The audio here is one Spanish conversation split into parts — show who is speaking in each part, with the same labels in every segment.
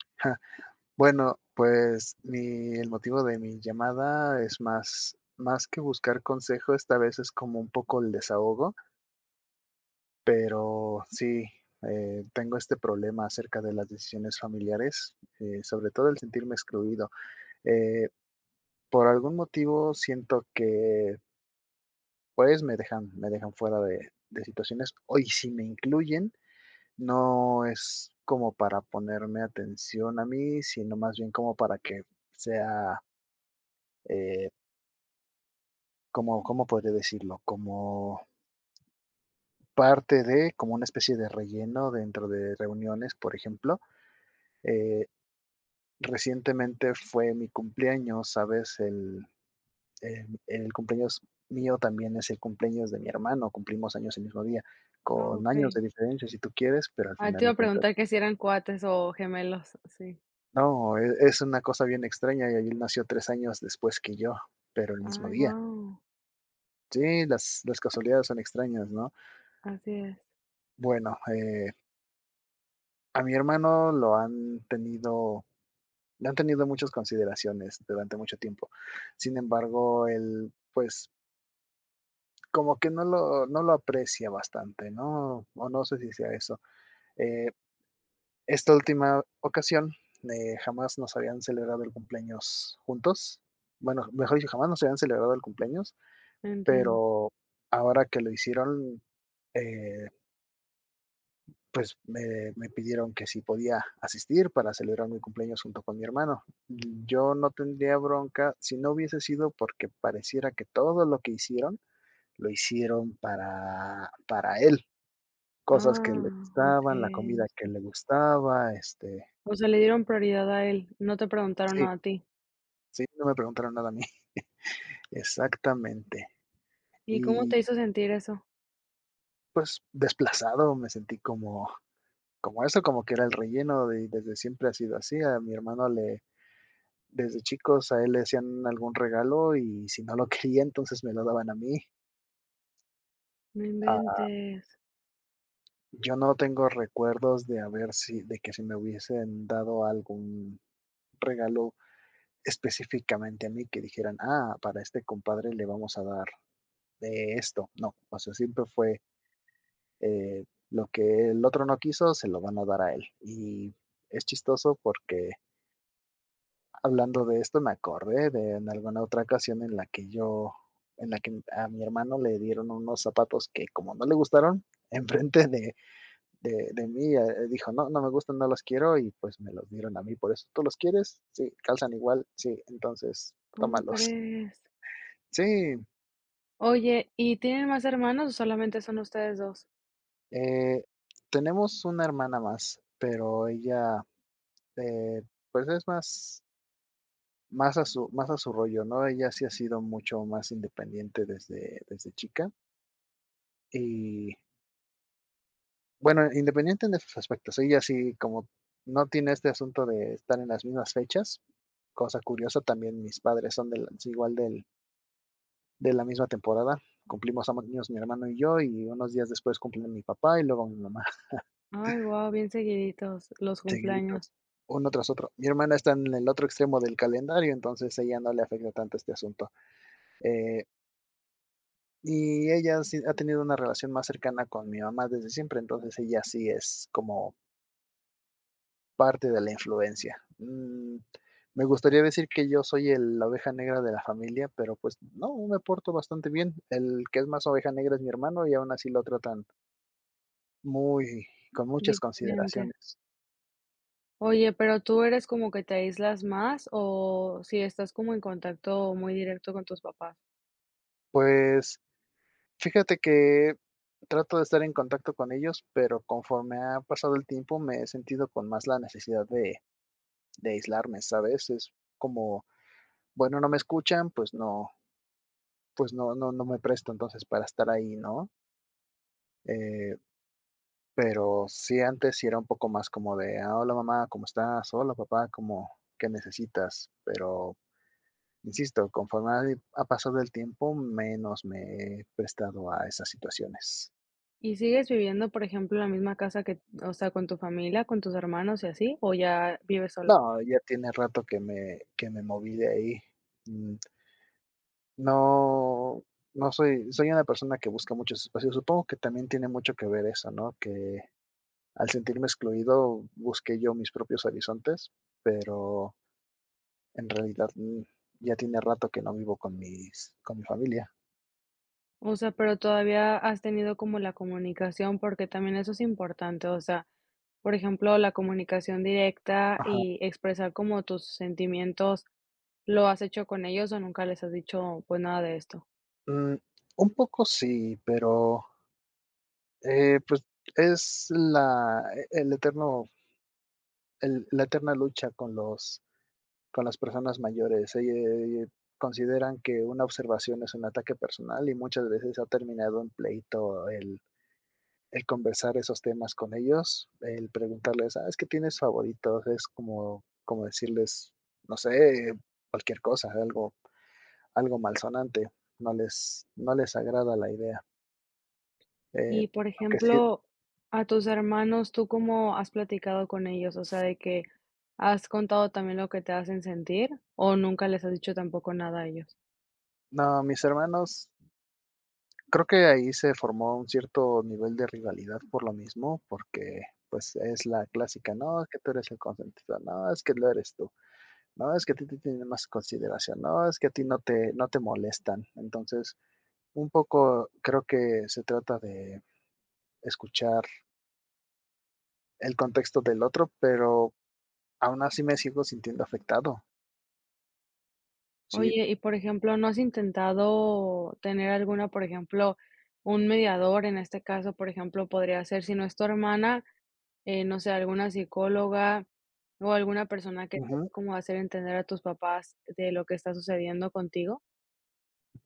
Speaker 1: Ja, bueno, pues mi el motivo de mi llamada es más que buscar consejo. Esta vez es como un poco el desahogo, pero sí, tengo este problema acerca de las decisiones familiares, sobre todo el sentirme excluido. Eh, por algún motivo siento que, pues, me dejan fuera de situaciones, o y si me incluyen, no es como para ponerme atención a mí, sino más bien como para que sea, eh como, ¿cómo podría decirlo? Como parte de, como una especie de relleno dentro de reuniones, por ejemplo. Eh, Recientemente fue mi cumpleaños, ¿sabes? El cumpleaños mío también es el cumpleaños de mi hermano. Cumplimos años el mismo día, con
Speaker 2: Okey.
Speaker 1: años de diferencia si tú quieres, pero al
Speaker 2: Ah, te
Speaker 1: final
Speaker 2: iba
Speaker 1: de
Speaker 2: a
Speaker 1: cuentas,
Speaker 2: preguntar que si eran cuates o gemelos, sí.
Speaker 1: no, es una cosa bien extraña y él nació tres años después que yo, pero el mismo
Speaker 2: Ay,
Speaker 1: día.
Speaker 2: guau.
Speaker 1: Sí, las casualidades son extrañas, ¿no?
Speaker 2: Así es,
Speaker 1: Bueno, a mi hermano lo han tenido le han tenido muchas consideraciones durante mucho tiempo. Sin embargo, él, pues, como que no lo aprecia bastante, ¿no? O no sé si sea eso. Eh, Esta última ocasión, jamás nos habían celebrado el cumpleaños juntos. Bueno, mejor dicho, jamás nos habían celebrado el cumpleaños,
Speaker 2: entiendo.
Speaker 1: pero ahora que lo hicieron, eh pues pidieron que si podía asistir para celebrar mi cumpleaños junto con mi hermano. Yo no tendría bronca si no hubiese sido porque pareciera que todo lo que hicieron lo hicieron para él. Cosas que le
Speaker 2: Ah,
Speaker 1: gustaban, la
Speaker 2: okey,
Speaker 1: comida que
Speaker 2: sí.
Speaker 1: le gustaba, este,
Speaker 2: O sea, le dieron prioridad a él, no te preguntaron
Speaker 1: sí,
Speaker 2: nada a ti.
Speaker 1: sí, no me preguntaron nada a mí. Exactamente.
Speaker 2: ¿Y cómo
Speaker 1: Y
Speaker 2: te hizo sentir eso?
Speaker 1: pues desplazado, me sentí como, como eso, como que era el relleno de, desde siempre ha sido así. A mi hermano le, Desde chicos a él le hacían algún regalo y si no lo quería, entonces me lo daban a mí.
Speaker 2: No
Speaker 1: Ah,
Speaker 2: inventes,
Speaker 1: yo no tengo recuerdos de haber si de que si me hubiesen dado algún regalo específicamente a mí, que dijeran: "Ah, para este compadre le vamos a dar de esto". No, o sea, siempre fue, eh, lo que el otro no quiso, se lo van a dar a él. Y es chistoso porque hablando de esto, me acordé de en alguna otra ocasión en la que a mi hermano le dieron unos zapatos que como no le gustaron, enfrente de mí, dijo: "No, no me gustan, no los quiero", y pues me los dieron a mí por eso. "¿Tú los quieres?". "Sí". "¿Calzan igual?". "Sí". "Entonces,
Speaker 2: ¿cómo
Speaker 1: tómalos".
Speaker 2: crees?
Speaker 1: Sí,
Speaker 2: Oye, ¿y tienen más hermanos o solamente son ustedes dos?
Speaker 1: eh, tenemos una hermana más, pero ella, eh, pues es más a su rollo, ¿no? Ella sí ha sido mucho más independiente desde chica, y bueno, independiente de sus aspectos, ella sí, como no tiene este asunto de estar en las mismas fechas. Cosa curiosa, también mis padres son igual del de la misma temporada. Cumplimos ambos años mi hermano y yo, y unos días después cumplen mi papá y luego mi mamá,
Speaker 2: Ay, guau, bien seguiditos los cumpleaños,
Speaker 1: seguiditos, uno tras otro. Mi hermana está en el otro extremo del calendario, entonces ella no le afecta tanto este asunto, eh, y ella sí ha tenido una relación más cercana con mi mamá desde siempre, entonces ella sí es como parte de la influencia. Me gustaría decir que yo soy la oveja negra de la familia, pero pues no, me porto bastante bien. El que es más oveja negra es mi hermano y aún así lo tratan muy, con muchas
Speaker 2: diferente.
Speaker 1: consideraciones.
Speaker 2: Oye, pero tú eres como que te aíslas más o si estás como en contacto muy directo con tus papás.
Speaker 1: Pues fíjate que trato de estar en contacto con ellos, pero conforme ha pasado el tiempo me he sentido con más la necesidad de aislarme, ¿sabes? Es como, bueno, no me escuchan, pues no, no, no me presto entonces para estar ahí, ¿no? Eh, Pero sí, antes sí era un poco más como de: "Ah, hola mamá, ¿cómo estás? Hola papá, ¿cómo qué necesitas?". Pero, insisto, conforme ha ha pasado el tiempo, menos me he prestado a esas situaciones.
Speaker 2: ¿Y sigues viviendo, por ejemplo, en la misma casa que, o sea, con tu familia, con tus hermanos y así, o ya vives solo?
Speaker 1: No, ya tiene rato que me moví de ahí. Mm, no soy una persona que busca muchos espacios. Supongo que también tiene mucho que ver eso, ¿no? Que al sentirme excluido, busqué yo mis propios horizontes, pero en realidad, ya tiene rato que no vivo con mi familia.
Speaker 2: O sea, pero todavía has tenido como la comunicación, porque también eso es importante, o sea, por ejemplo, la comunicación directa
Speaker 1: Ajá.
Speaker 2: y expresar como tus sentimientos, ¿lo has hecho con ellos o nunca les has dicho pues nada de esto?
Speaker 1: Mm, un poco sí, pero, pues, es la e el eterno el la eterna lucha con las personas mayores. Consideran que una observación es un ataque personal y muchas veces ha terminado en pleito el conversar esos temas con ellos, el preguntarles: "Ah, es que tienes favoritos", es como como decirles, no sé, cualquier cosa, algo malsonante, no les agrada la idea. Eh,
Speaker 2: Y, por
Speaker 1: aunque sí
Speaker 2: ejemplo, a tus hermanos, ¿tú cómo has platicado con ellos? O sea, de que, ¿has contado también lo que te hacen sentir, o nunca les has dicho tampoco nada a ellos?
Speaker 1: no, mis hermanos, creo que ahí se formó un cierto nivel de rivalidad por lo mismo, porque, pues, es la clásica: "No, es que tú eres el consentido, no, es que lo eres tú, no, es que a ti te tienen más consideración, no, es que a ti no te molestan". Entonces, un poco creo que se trata de escuchar el contexto del otro, pero aún así me sigo sintiendo afectado. Sí,
Speaker 2: Oye, y, por ejemplo, ¿no has intentado tener alguna, por ejemplo, un mediador? En este caso, por ejemplo, podría ser, si no es tu hermana, no sé, alguna psicóloga o alguna persona que trate
Speaker 1: ujú.
Speaker 2: como de hacer entender a tus papás de lo que está sucediendo contigo.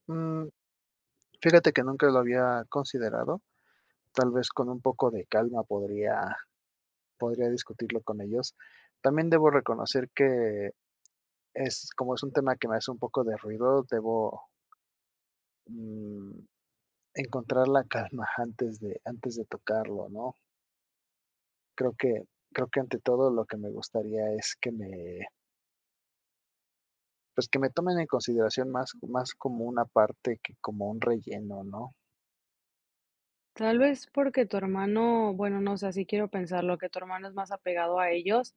Speaker 1: Mm, Fíjate que nunca lo había considerado, tal vez con un poco de calma podría discutirlo con ellos. También debo reconocer que es un tema que me hace un poco de ruido. Debo, mm, encontrar la calma antes de tocarlo, ¿no? Creo que Creo que ante todo lo que me gustaría es pues, que me tomen en consideración más como una parte que como un relleno, ¿no?
Speaker 2: Tal vez porque tu hermano, bueno, no sé, así quiero pensarlo, que tu hermano es más apegado a ellos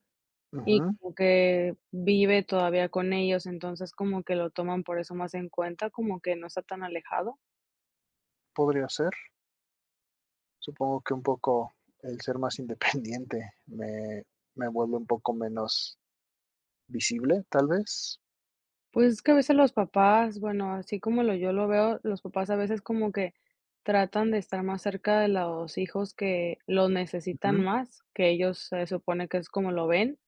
Speaker 2: y
Speaker 1: Ujú,
Speaker 2: como que vive todavía con ellos, entonces como que lo toman por eso más en cuenta, como que no está tan alejado.
Speaker 1: podría ser. Supongo que un poco el ser más independiente me vuelve un poco menos visible, tal vez.
Speaker 2: Pues es que a veces los papás, bueno, así como lo yo lo veo, los papás a veces como que tratan de estar más cerca de los hijos que los necesitan
Speaker 1: Ujú.
Speaker 2: más, que ellos se supone que es como lo ven.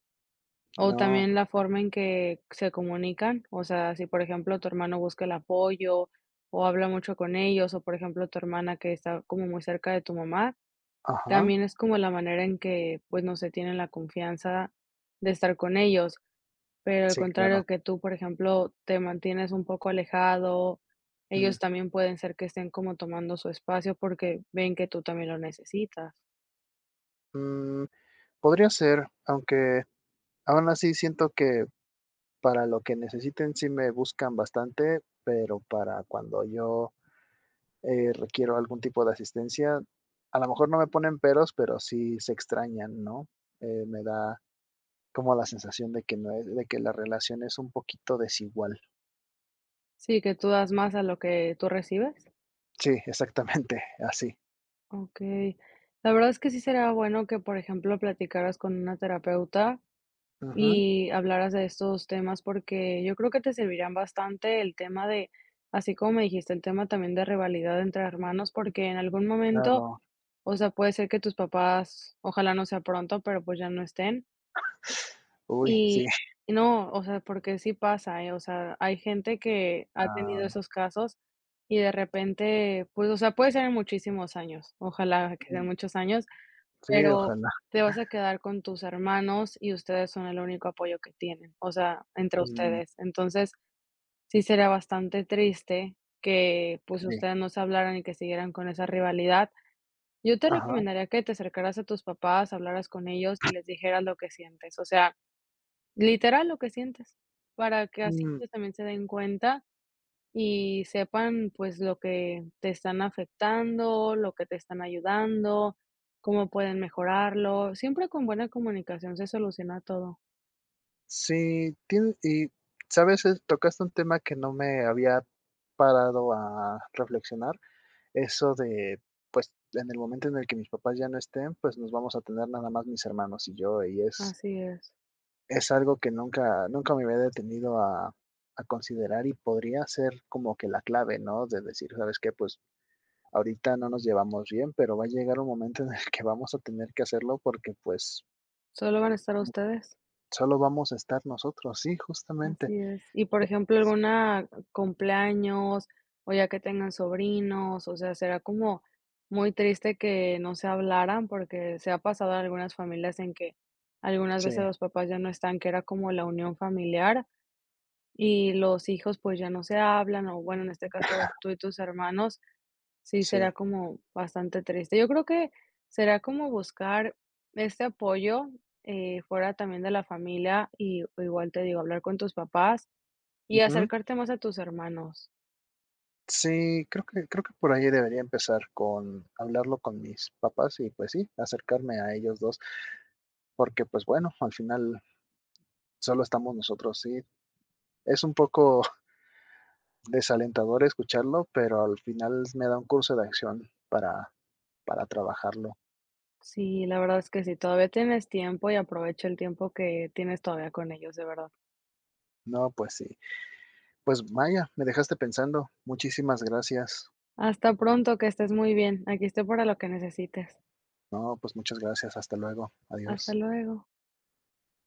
Speaker 2: O
Speaker 1: No,
Speaker 2: también la forma en que se comunican, o sea, si por ejemplo tu hermano busca el apoyo o habla mucho con ellos, o por ejemplo tu hermana que está como muy cerca de tu mamá,
Speaker 1: ajá,
Speaker 2: también es como la manera en que, pues, no se tienen la confianza de estar con ellos, pero al
Speaker 1: sí, claro.
Speaker 2: contrario que tú, por ejemplo, te mantienes un poco alejado,
Speaker 1: Mm,
Speaker 2: ellos también pueden ser que estén como tomando su espacio porque ven que tú también lo necesitas.
Speaker 1: mm, podría ser, aunque aún así siento que para lo que necesiten sí me buscan bastante, pero para cuando yo, requiero algún tipo de asistencia, a lo mejor no me ponen peros, pero sí se extrañan, ¿no? Me da como la sensación de que no es, de que la relación es un poquito desigual.
Speaker 2: Sí, que tú das más a lo que tú recibes.
Speaker 1: Sí, exactamente, así.
Speaker 2: Okey. La verdad es que sí sería bueno que, por ejemplo, platicaras con una terapeuta
Speaker 1: Ujú,
Speaker 2: y hablaras de estos temas, porque yo creo que te servirán bastante el tema de, así como me dijiste, el tema también de rivalidad entre hermanos, porque en algún momento,
Speaker 1: claro.
Speaker 2: o sea, puede ser que tus papás, ojalá no sea pronto, pero pues ya no estén.
Speaker 1: Uy,
Speaker 2: Y
Speaker 1: sí.
Speaker 2: y no, o sea, porque sí pasa, ¿eh? O sea, hay gente que ha tenido
Speaker 1: Ah,
Speaker 2: esos casos y de repente, pues, o sea, puede ser en muchísimos años, ojalá que sean
Speaker 1: mm,
Speaker 2: muchos años.
Speaker 1: sí,
Speaker 2: Pero
Speaker 1: ojalá.
Speaker 2: te vas a quedar con tus hermanos y ustedes son el único apoyo que tienen, o sea, entre
Speaker 1: Mm,
Speaker 2: ustedes. Entonces, sí sería bastante triste que, pues,
Speaker 1: sí.
Speaker 2: ustedes no se hablaran y que siguieran con esa rivalidad. Yo te
Speaker 1: Ajá.
Speaker 2: recomendaría que te acercaras a tus papás, hablaras con ellos y les dijeras lo que sientes, o sea, literal lo que sientes, para que así
Speaker 1: Mm,
Speaker 2: ellos también se den cuenta y sepan, pues, lo que te están afectando, lo que te están ayudando, cómo pueden mejorarlo. Siempre con buena comunicación se soluciona todo.
Speaker 1: sí, tien y, ¿sabes? Tocaste un tema que no me había parado a reflexionar, eso de, pues, en el momento en el que mis papás ya no estén, pues, nos vamos a tener nada más mis hermanos y yo, y es
Speaker 2: Así es.
Speaker 1: Es algo que nunca me había detenido a considerar y podría ser como que la clave, ¿no? De decir, ¿sabes qué? Pues ahorita no nos llevamos bien, pero va a llegar un momento en el que vamos a tener que hacerlo porque, pues,
Speaker 2: Solo van a estar ustedes.
Speaker 1: solo vamos a estar nosotros. Sí, justamente.
Speaker 2: Así es. Y, por ejemplo, alguna cumpleaños, o ya que tengan sobrinos, o sea, será como muy triste que no se hablaran, porque se ha pasado en algunas familias en que algunas
Speaker 1: Sí,
Speaker 2: veces los papás ya no están, que era como la unión familiar. Y los hijos, pues, ya no se hablan, o bueno, en este caso, tú y tus hermanos, sí
Speaker 1: sí.
Speaker 2: será como bastante triste. Yo creo que será como buscar este apoyo, fuera también de la familia y o igual te digo, hablar con tus papás y
Speaker 1: Ujú.
Speaker 2: acercarte más a tus hermanos.
Speaker 1: Sí, creo que por ahí debería empezar con hablarlo con mis papás y, pues sí, acercarme a ellos 2 porque, pues, bueno, al final solo estamos nosotros, sí. Es un poco desalentador escucharlo, pero al final me da un curso de acción para trabajarlo.
Speaker 2: Sí, la verdad es que sí, todavía tienes tiempo y aprovecha el tiempo que tienes todavía con ellos, de verdad.
Speaker 1: No, pues sí. Pues Maya, me dejaste pensando. Muchísimas gracias.
Speaker 2: Hasta pronto, que estés muy bien. Aquí estoy para lo que necesites.
Speaker 1: No, pues muchas gracias. Hasta luego.
Speaker 2: Hasta
Speaker 1: Adiós.
Speaker 2: luego.